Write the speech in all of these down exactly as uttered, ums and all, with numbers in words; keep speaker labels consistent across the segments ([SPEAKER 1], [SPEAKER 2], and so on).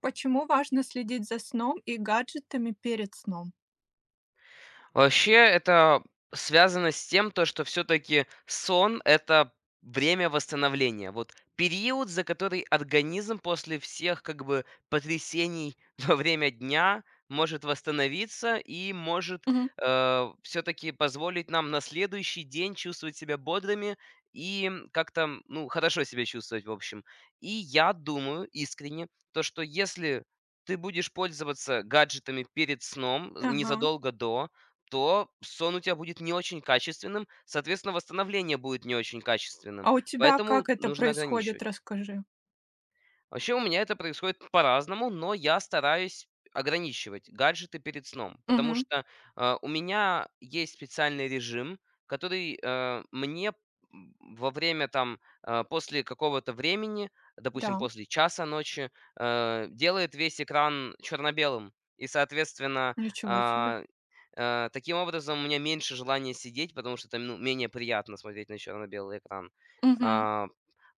[SPEAKER 1] Почему важно следить за сном и гаджетами перед сном?
[SPEAKER 2] Вообще, это связано с тем, то, что все-таки сон– это время восстановления. Вот период, за который организм после всех как бы потрясений во время дня может восстановиться и может
[SPEAKER 1] Мгм.
[SPEAKER 2] все-таки позволить нам на следующий день чувствовать себя бодрыми и как-то, ну, хорошо себя чувствовать, в общем. И я думаю искренне, то, что если ты будешь пользоваться гаджетами перед сном, з-
[SPEAKER 1] Ага.
[SPEAKER 2] незадолго до, то сон у тебя будет не очень качественным, соответственно, восстановление будет не очень качественным.
[SPEAKER 1] А у тебя как
[SPEAKER 2] Поэтому
[SPEAKER 1] это
[SPEAKER 2] нужно
[SPEAKER 1] происходит,
[SPEAKER 2] ограничивать.
[SPEAKER 1] расскажи?
[SPEAKER 2] Вообще у меня это происходит по-разному, но я стараюсь ограничивать гаджеты перед сном, потому
[SPEAKER 1] Мгм.
[SPEAKER 2] что э, у меня есть специальный режим, который э, мне м, во время там, э, после какого-то времени, допустим,
[SPEAKER 1] Да,
[SPEAKER 2] после часа ночи, э, делает весь экран черно-белым. И, соответственно,
[SPEAKER 1] ничего себе.
[SPEAKER 2] а, Э, таким образом, у меня меньше желания сидеть, потому что это, ну, менее приятно смотреть на черно-белый экран.
[SPEAKER 1] Мгм.
[SPEAKER 2] А,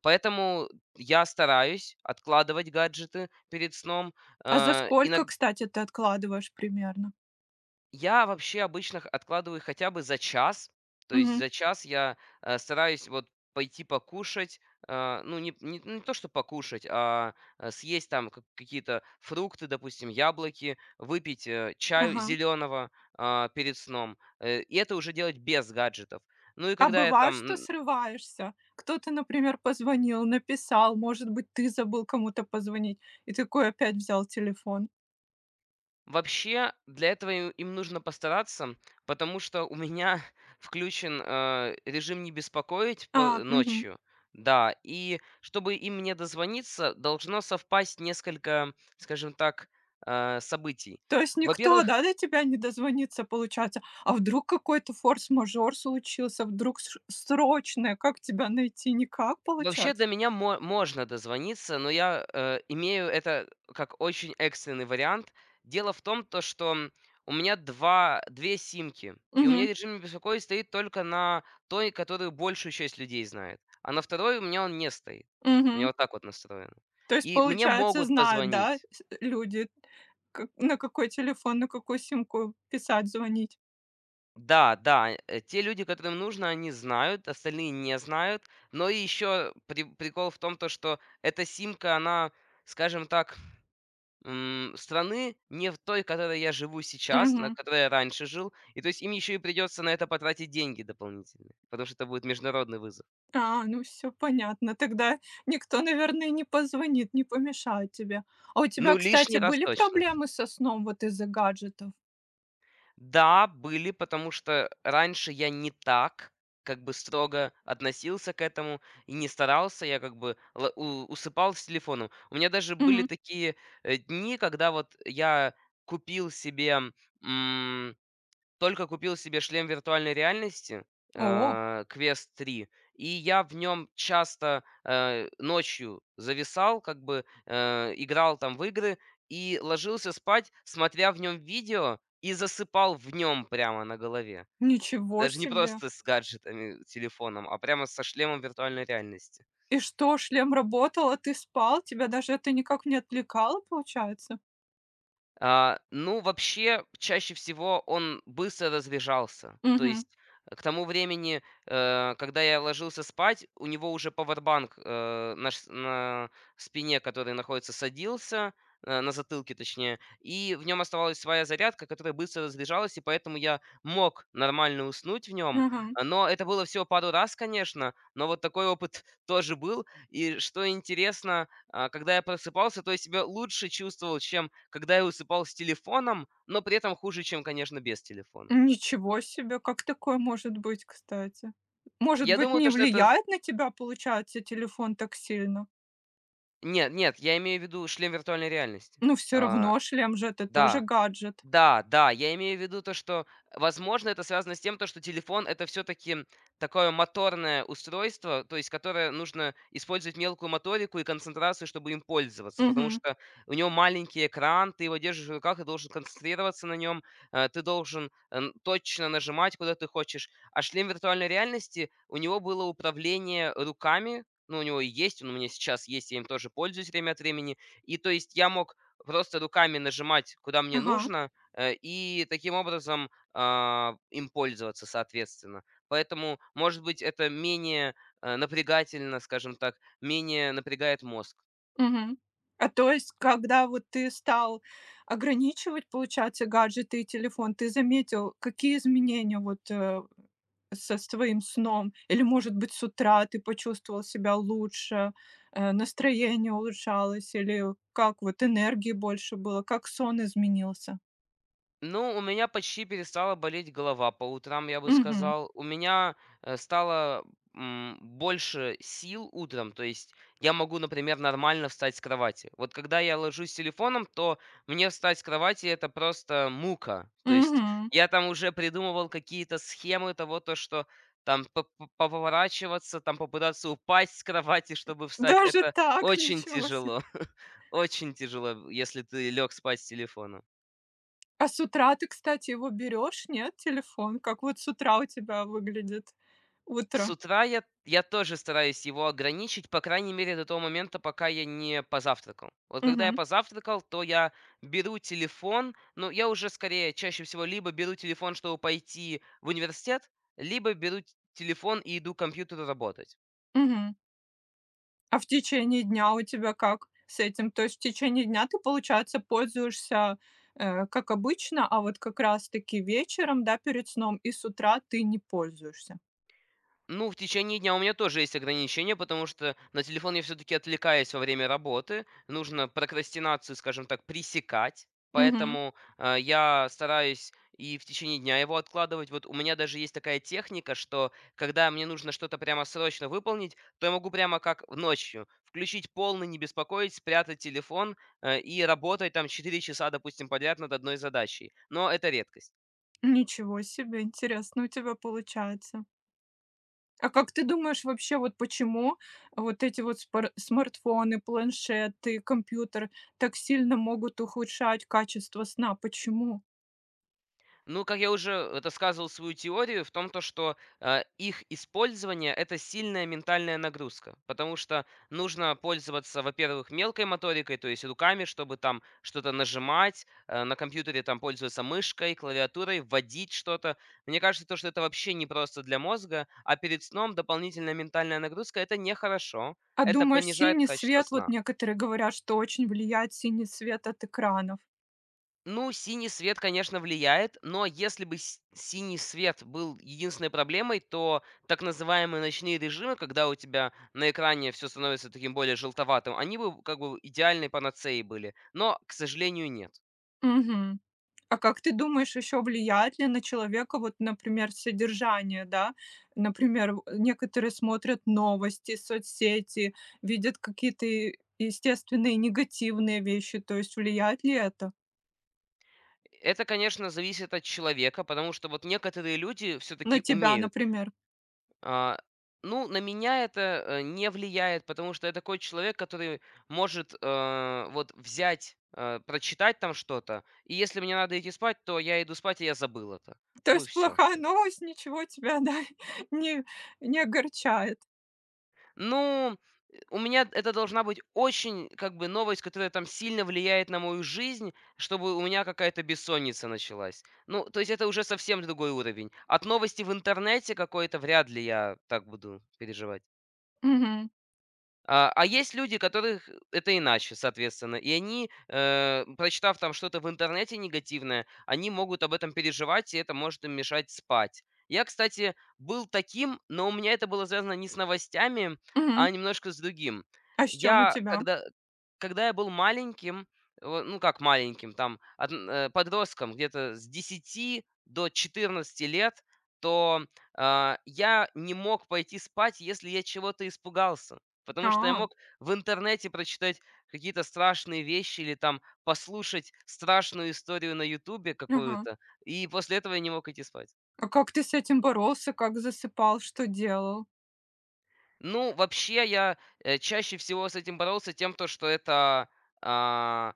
[SPEAKER 2] поэтому я стараюсь откладывать гаджеты перед сном.
[SPEAKER 1] А за
[SPEAKER 2] Э, иног
[SPEAKER 1] сколько, кстати, ты откладываешь примерно?
[SPEAKER 2] я вообще обычно х откладываю хотя бы за час. То есть
[SPEAKER 1] Мгм.
[SPEAKER 2] за час я, э, стараюсь вот пойти покушать. Э, ну, не не не то, что покушать, а, э, съесть там ка какие-то фрукты, допустим, яблоки, выпить, э, чаю
[SPEAKER 1] Ага.
[SPEAKER 2] зелёного, а, перед сном. Э, и это уже делать без гаджетов. Ну и
[SPEAKER 1] А
[SPEAKER 2] когда я
[SPEAKER 1] бывает, что
[SPEAKER 2] там
[SPEAKER 1] срываешься? Кто-то, например, позвонил, написал, может быть, ты забыл кому-то позвонить, и такой опять взял телефон.
[SPEAKER 2] Вообще, для этого и им нужно постараться, потому что у меня включен, э, режим "не беспокоить"
[SPEAKER 1] А,
[SPEAKER 2] по
[SPEAKER 1] мгм.
[SPEAKER 2] ночью. Да, и чтобы им мне дозвониться, должно совпасть несколько, скажем так, э, событий.
[SPEAKER 1] То есть никто,
[SPEAKER 2] Во-первых,
[SPEAKER 1] да, до тебя не дозвонится, получается? А вдруг какой-то форс-мажор случился, вдруг сш срочное, как тебя найти? Никак,
[SPEAKER 2] вообще
[SPEAKER 1] получается?
[SPEAKER 2] до меня мо можно дозвониться, но я, э, имею это как очень экстренный вариант. Дело в том, то что м, у меня два две симки, и у меня
[SPEAKER 1] Мгм,
[SPEAKER 2] режим "Не беспокоить" стоит только на той, которую большую часть людей знает, а на второй у меня он не стоит. У
[SPEAKER 1] мгм.
[SPEAKER 2] меня вот так вот настроено.
[SPEAKER 1] То есть,
[SPEAKER 2] И мне
[SPEAKER 1] получается,
[SPEAKER 2] могут
[SPEAKER 1] знают, да,
[SPEAKER 2] позвонить.
[SPEAKER 1] с люди, как на какой телефон, на какую симку писать, звонить?
[SPEAKER 2] Да, да, э, те люди, которым нужно, они знают, остальные не знают. Но и еще при прикол в том, то что эта симка, она, скажем так М, страны не в той, в которой я живу сейчас, на
[SPEAKER 1] Мгм.
[SPEAKER 2] которой я раньше жил. И то есть им еще и придется на это потратить деньги дополнительные, потому что это будет международный вызов.
[SPEAKER 1] А, ну все понятно. Тогда никто, наверное, не позвонит, не помешает тебе. А у тебя,
[SPEAKER 2] Ну,
[SPEAKER 1] кстати,
[SPEAKER 2] лишний раз
[SPEAKER 1] были
[SPEAKER 2] точно.
[SPEAKER 1] проблемы со сном вот из-за гаджетов?
[SPEAKER 2] Да, были, потому что раньше я не так как бы строго относился к этому и не старался, я как бы ла- у- усыпал с телефоном. У меня даже были
[SPEAKER 1] Мгм.
[SPEAKER 2] такие э, дни, когда вот я купил себе Только купил себе шлем виртуальной реальности,
[SPEAKER 1] О,
[SPEAKER 2] э, Quest три, и я в нем часто, э, ночью зависал, как бы, э, играл там в игры и ложился спать, смотря в нем видео, и засыпал в нем прямо на голове.
[SPEAKER 1] ничего
[SPEAKER 2] Даже не
[SPEAKER 1] себе!
[SPEAKER 2] просто с гаджетами, телефоном, а прямо со шлемом виртуальной реальности.
[SPEAKER 1] И что, шлем работал, а ты спал? Тебя даже это никак не отвлекало, получается?
[SPEAKER 2] А, ну, вообще, чаще всего он быстро разряжался. То
[SPEAKER 1] Мгм.
[SPEAKER 2] есть э, к тому времени, э, когда я ложился спать, у него уже пауэрбанк э, на, ш- на спине, который находится, садился, э, на затылке точнее, и в нем оставалась своя зарядка, которая быстро разряжалась, и поэтому я мог нормально уснуть в нем.
[SPEAKER 1] Мгм.
[SPEAKER 2] Но это было всего пару раз, конечно, но вот такой опыт тоже был. И что интересно, а, когда я просыпался, то я себя лучше чувствовал, чем когда я усыпал с телефоном, но при этом хуже, чем, конечно, без телефона.
[SPEAKER 1] Ничего себе, как такое может быть, кстати? Может
[SPEAKER 2] Я
[SPEAKER 1] быть,
[SPEAKER 2] думаю,
[SPEAKER 1] не
[SPEAKER 2] то, что это с
[SPEAKER 1] влияет на тебя, получается, телефон так сильно?
[SPEAKER 2] Нет, нет, я имею в виду шлем виртуальной реальности.
[SPEAKER 1] Но все
[SPEAKER 2] А,
[SPEAKER 1] равно шлем же — это тоже
[SPEAKER 2] да.
[SPEAKER 1] гаджет.
[SPEAKER 2] Да, да, я имею в виду то, что, возможно, это связано с тем, то, что телефон- это все таки такое моторное устройство, то есть которое нужно использовать мелкую моторику и концентрацию, чтобы им пользоваться, потому
[SPEAKER 1] Мгм.
[SPEAKER 2] что у него маленький экран, ты его держишь в руках и должен концентрироваться на нем, ты должен, эм, точно нажимать, куда ты хочешь. А шлем виртуальной реальности, у него было управление руками, ну, у него и есть, он у меня сейчас есть, я им тоже пользуюсь время от времени. И то есть я мог просто руками нажимать, куда мне
[SPEAKER 1] Ага.
[SPEAKER 2] нужно, э, и таким образом а, им пользоваться, соответственно. Поэтому, может быть, это менее э, напрягательно, скажем так, менее напрягает мозг.
[SPEAKER 1] Мгм. А то есть, когда вот ты стал ограничивать, получается, гаджеты и телефон, ты заметил, какие изменения вот, э, со своим сном? Или, может быть, с утра ты почувствовал себя лучше, э, настроение улучшалось, или как вот энергии больше было, как сон изменился?
[SPEAKER 2] Ну, у меня почти перестала болеть голова по утрам, я бы
[SPEAKER 1] Мгм.
[SPEAKER 2] сказал. У меня э, стало м, больше сил утром, то есть я могу, например, нормально встать с кровати. Вот когда я ложусь с телефоном, то мне встать с кровати это просто мука. То есть
[SPEAKER 1] Мгм.
[SPEAKER 2] я там уже придумывал какие-то схемы того, то что там по- по- поворачиваться, там попытаться упасть с кровати, чтобы встать.
[SPEAKER 1] Даже
[SPEAKER 2] Это
[SPEAKER 1] так,
[SPEAKER 2] очень
[SPEAKER 1] ничего себе.
[SPEAKER 2] тяжело. Очень тяжело, если ты лег спать с телефоном.
[SPEAKER 1] А с утра ты, кстати, его берешь нет, телефон? Как вот с утра у тебя выглядит
[SPEAKER 2] С
[SPEAKER 1] утро?
[SPEAKER 2] утра я я тоже стараюсь его ограничить, по крайней мере, до того момента, пока я не позавтракал. Вот когда я
[SPEAKER 1] Мгм.
[SPEAKER 2] позавтракал, то я беру телефон. Ну, я уже скорее чаще всего либо беру телефон, чтобы пойти в университет, либо беру т телефон и иду к компьютеру работать.
[SPEAKER 1] Мгм. А в течение дня у тебя как с этим? То есть в течение дня ты, получается, пользуешься, э, как обычно, а вот как раз-таки вечером, да, перед сном и с утра ты не пользуешься?
[SPEAKER 2] Ну, в течение дня у меня тоже есть ограничения, потому что на телефон я все-таки отвлекаюсь во время работы. Нужно прокрастинацию, скажем так, пресекать.
[SPEAKER 1] Мгм.
[SPEAKER 2] Поэтому э, я стараюсь и в течение дня его откладывать. Вот у меня даже есть такая техника, что когда мне нужно что-то прямо срочно выполнить, то я могу прямо как в ночью включить полный, не беспокоить, спрятать телефон э, и работать там четыре часа, допустим, подряд над одной задачей. Но это редкость.
[SPEAKER 1] Ничего себе, интересно у тебя получается. А как ты думаешь вообще, вот почему вот эти вот спар смартфоны, планшеты, компьютер так сильно могут ухудшать качество сна? Почему?
[SPEAKER 2] Ну, как я уже это сказывал свою теорию в том, то, что э, их использование это сильная ментальная нагрузка, потому что нужно пользоваться, во-первых, мелкой моторикой, то есть руками, чтобы там что-то нажимать, э, на компьютере там пользоваться мышкой, клавиатурой, вводить что-то. Мне кажется, то, что это вообще не просто для мозга, а перед сном дополнительная ментальная нагрузка это нехорошо,
[SPEAKER 1] А
[SPEAKER 2] это
[SPEAKER 1] думаешь,
[SPEAKER 2] понижает
[SPEAKER 1] синий
[SPEAKER 2] качество
[SPEAKER 1] свет, вот
[SPEAKER 2] сна.
[SPEAKER 1] некоторые говорят, что очень влияет синий свет от экранов.
[SPEAKER 2] Ну, синий свет, конечно, влияет, но если бы с- синий свет был единственной проблемой, то так называемые ночные режимы, когда у тебя на экране все становится таким более желтоватым, они бы как бы идеальной панацеей были. Но, к сожалению, нет.
[SPEAKER 1] Мгм. А как ты думаешь, еще влияет ли на человека, вот, например, содержание, да? Например, в некоторые смотрят новости, соцсети, видят какие-то и естественные негативные вещи. То есть влияет ли это
[SPEAKER 2] Это, конечно, зависит от человека, потому что вот некоторые люди
[SPEAKER 1] на
[SPEAKER 2] все-таки
[SPEAKER 1] тебя,
[SPEAKER 2] умеют.
[SPEAKER 1] например?
[SPEAKER 2] А, ну, на меня это, э, не влияет, потому что я такой человек, который может, э, вот взять, э, прочитать там что-то, и если мне надо идти спать, то я иду спать, и я забыл это.
[SPEAKER 1] То
[SPEAKER 2] Ну
[SPEAKER 1] есть
[SPEAKER 2] все.
[SPEAKER 1] плохая новость ничего тебя, да, не не огорчает.
[SPEAKER 2] Ну, э, у меня это должна быть очень, как бы, новость, которая там сильно влияет на мою жизнь, чтобы у меня какая-то бессонница началась. Ну, то есть это уже совсем другой уровень. От новости в интернете какой-то вряд ли я так буду переживать.
[SPEAKER 1] Мгм.
[SPEAKER 2] А а есть люди, которых это иначе, соответственно. И они, э, прочитав там что-то в интернете негативное, они могут об этом переживать, и это может им мешать спать. Я, кстати, был таким, но у меня это было связано не с новостями,
[SPEAKER 1] Мгм.
[SPEAKER 2] а немножко с другим.
[SPEAKER 1] А с чем у
[SPEAKER 2] Я,
[SPEAKER 1] тебя?
[SPEAKER 2] когда, когда я был маленьким, во- ну как маленьким, там, от- э, подростком, где-то с десяти до четырнадцати лет, то а, я не мог пойти спать, если я чего-то испугался. Потому что я
[SPEAKER 1] А,
[SPEAKER 2] мог в интернете прочитать какие-то страшные вещи или там послушать страшную историю на "Ютубе"
[SPEAKER 1] ага.
[SPEAKER 2] какую-то, и после этого я не мог идти спать.
[SPEAKER 1] А как ты с этим боролся? Как засыпал? Что делал?
[SPEAKER 2] Ну, вообще я, э, чаще всего с этим боролся тем, то что это, а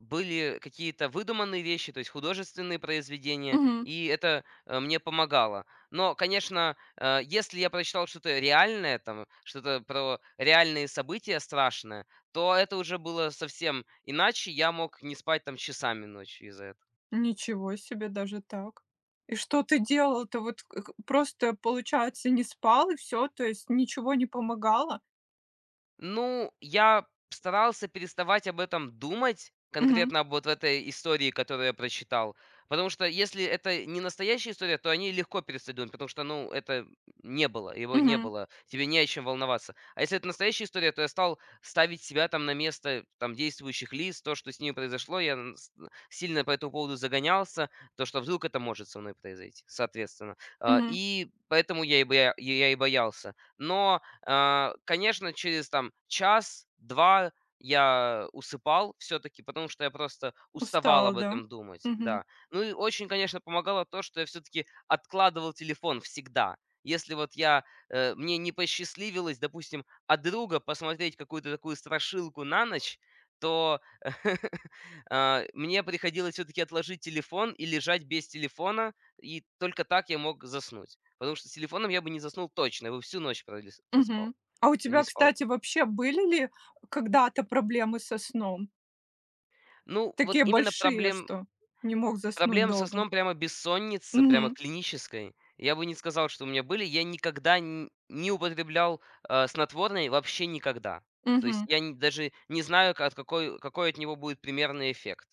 [SPEAKER 2] были какие-то выдуманные вещи, то есть художественные произведения,
[SPEAKER 1] Мгм.
[SPEAKER 2] и это, э, мне помогало. Но, конечно, э, если я прочитал что-то реальное, там, что-то про реальные события страшное, то это уже было совсем иначе. Я мог не спать там часами ночью из-за этого.
[SPEAKER 1] Ничего себе, даже так. И что ты делал-то? Вот к к просто, получается, не спал и все, то есть ничего не помогало?
[SPEAKER 2] Ну, я старался переставать об этом думать,
[SPEAKER 1] Мгм,
[SPEAKER 2] конкретно об вот этой истории, которую я прочитал. Потому что если это не настоящая история, то они легко перестают думать, потому что, ну, это не было, его не
[SPEAKER 1] мгм,
[SPEAKER 2] было, тебе не о чем волноваться. А если это настоящая история, то я стал ставить себя там на место там, действующих лиц, то, что с ними произошло, я н- с- сильно по этому поводу загонялся, то, что вдруг это может со мной произойти, соответственно. А,
[SPEAKER 1] мгм.
[SPEAKER 2] И поэтому я и боя- я и боялся. Но, а, конечно, через там час-два я усыпал все-таки, потому что я просто уставал
[SPEAKER 1] Устал,
[SPEAKER 2] об
[SPEAKER 1] да?
[SPEAKER 2] этом думать,
[SPEAKER 1] Мгм,
[SPEAKER 2] да. Ну и очень, конечно, помогало то, что я все-таки откладывал телефон всегда. Если вот я, э, мне не посчастливилось, допустим, от друга посмотреть какую-то такую страшилку на ночь, то а, мне приходилось все-таки отложить телефон и лежать без телефона, и только так я мог заснуть. Потому что с телефоном я бы не заснул точно, я бы всю ночь пролис проспал,
[SPEAKER 1] мгм. А у
[SPEAKER 2] не
[SPEAKER 1] тебя,
[SPEAKER 2] спал.
[SPEAKER 1] кстати, вообще были ли когда-то проблемы со сном?
[SPEAKER 2] Ну, вот
[SPEAKER 1] Такие
[SPEAKER 2] именно
[SPEAKER 1] большие,
[SPEAKER 2] проблем
[SPEAKER 1] что не мог заснуть
[SPEAKER 2] Проблем со
[SPEAKER 1] долго?
[SPEAKER 2] сном, прямо бессонница, прямо
[SPEAKER 1] Мгм,
[SPEAKER 2] клинической, я бы не сказал, что у меня были. Я никогда н не употреблял, э, снотворное вообще никогда. То есть
[SPEAKER 1] мгм,
[SPEAKER 2] я н даже не знаю, к от какой какой от него будет примерный эффект.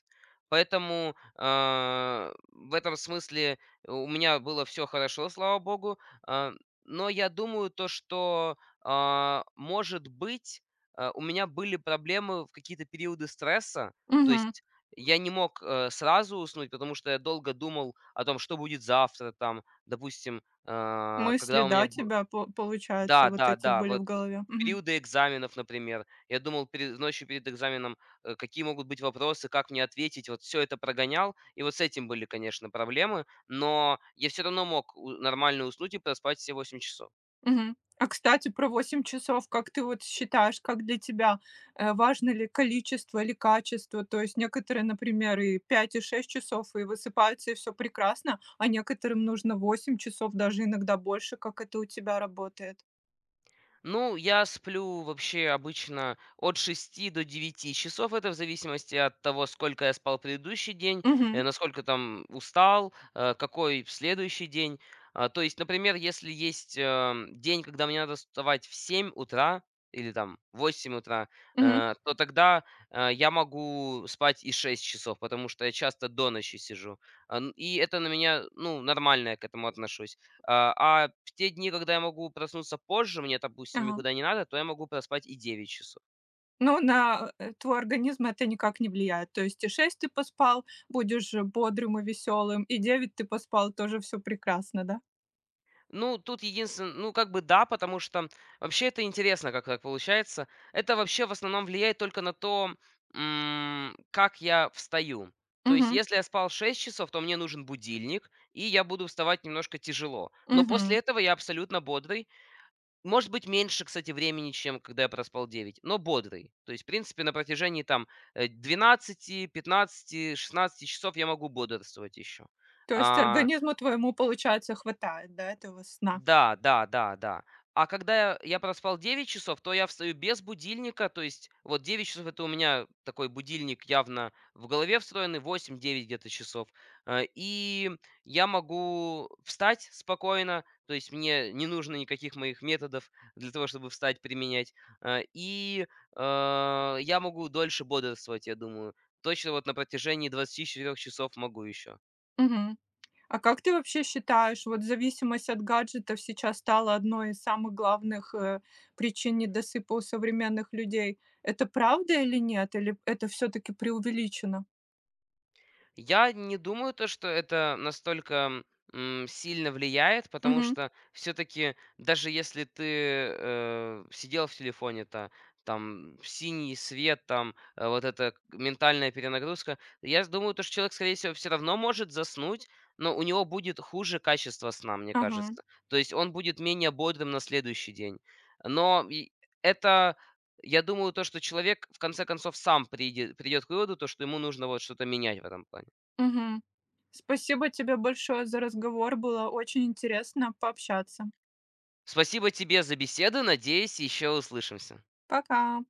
[SPEAKER 2] Поэтому, э, в этом смысле у меня было все хорошо, слава богу. Э, но я думаю, то, что, а, может быть, э, у меня были проблемы в какие-то периоды стресса. То
[SPEAKER 1] мгм.
[SPEAKER 2] есть я не мог, э, сразу уснуть, потому что я долго думал о том, что будет завтра там, допустим, а,
[SPEAKER 1] Мысли,
[SPEAKER 2] когда у меня
[SPEAKER 1] да,
[SPEAKER 2] б
[SPEAKER 1] тебя по получается,
[SPEAKER 2] да,
[SPEAKER 1] вот
[SPEAKER 2] да,
[SPEAKER 1] эти
[SPEAKER 2] да,
[SPEAKER 1] были
[SPEAKER 2] вот
[SPEAKER 1] в
[SPEAKER 2] э,
[SPEAKER 1] голове?
[SPEAKER 2] в
[SPEAKER 1] Мгм.
[SPEAKER 2] периоды экзаменов, например. Я думал пере ночью перед экзаменом, э, какие могут быть вопросы, как мне ответить. Вот все это прогонял, и вот с этим были, конечно, проблемы, но я все равно мог у нормально уснуть и проспать все восемь часов.
[SPEAKER 1] Мгм. А, кстати, про восемь часов, как ты вот считаешь, как для тебя, э, важно ли количество или качество? То есть некоторые, например, и пять и шесть часов, и высыпаются, и все прекрасно, а некоторым нужно восемь часов, даже иногда больше. Как это у тебя работает?
[SPEAKER 2] Ну, я сплю вообще обычно от шести до девяти часов. Это в зависимости от того, сколько я спал предыдущий день,
[SPEAKER 1] Мгм,
[SPEAKER 2] э, насколько там устал, э, какой следующий день. А, То есть, например, если есть эм, день, когда мне надо вставать в семь утра или там в восемь утра,
[SPEAKER 1] мгм.
[SPEAKER 2] э, то тогда э, я могу спать и шесть часов, потому что я часто до ночи сижу. А, н- И это на меня, ну, нормально я к этому отношусь. А а в те дни, когда я могу проснуться позже, мне, допустим,
[SPEAKER 1] Ага.
[SPEAKER 2] никуда не надо, то я могу проспать и девять часов.
[SPEAKER 1] Ну, на, э, твой организм это никак не влияет. То есть и шесть ты поспал, будешь бодрым и веселым, и девять ты поспал, тоже все прекрасно, да?
[SPEAKER 2] Ну, тут единственное, ну, как бы да, потому что вообще это интересно, как так получается. Это вообще в основном влияет только на то, м, как я встаю. То есть
[SPEAKER 1] Мгм,
[SPEAKER 2] если я спал шесть часов, то мне нужен будильник, и я буду вставать немножко тяжело. Но
[SPEAKER 1] мгм.
[SPEAKER 2] после этого я абсолютно бодрый. Может быть, меньше, кстати, времени, чем когда я проспал девять, но бодрый. То есть, в принципе, на протяжении там э, двенадцать, пятнадцать, шестнадцать часов я могу бодрствовать еще.
[SPEAKER 1] То есть
[SPEAKER 2] А,
[SPEAKER 1] организму твоему, получается, хватает, да, этого сна?
[SPEAKER 2] да, да, да, да. А когда я я проспал девять часов, то я встаю без будильника. То есть вот девять часов- это у меня такой будильник явно в голове встроенный, восемь-девять где-то часов. А, И я могу встать спокойно, то есть мне не нужно никаких моих методов для того, чтобы встать, применять. А, И э, я могу дольше бодрствовать, я думаю. Точно вот на протяжении двадцати четырёх часов могу еще.
[SPEAKER 1] Мгм. А как ты вообще считаешь, вот зависимость от гаджетов сейчас стала одной из самых главных, э, причин недосыпа у современных людей. Это правда или нет? Или это все таки преувеличено?
[SPEAKER 2] Я не думаю, то, что это настолько м, сильно влияет, потому
[SPEAKER 1] Мгм.
[SPEAKER 2] что все-таки даже если ты э, сидел в телефоне-то, там синий свет, там э, вот эта к- ментальная перенагрузка, я с- думаю, то, что человек, скорее всего, все равно может заснуть, но у него будет хуже качество сна, мне
[SPEAKER 1] Ага.
[SPEAKER 2] кажется. То есть он будет менее бодрым на следующий день. Но и это, я думаю, то, что человек в конце концов сам придет, придет к выводу, то, что ему нужно вот что-то менять в этом плане.
[SPEAKER 1] Мгм. Спасибо тебе большое за разговор. Было очень интересно пообщаться.
[SPEAKER 2] Спасибо тебе за беседу. Надеюсь, еще услышимся.
[SPEAKER 1] Пока.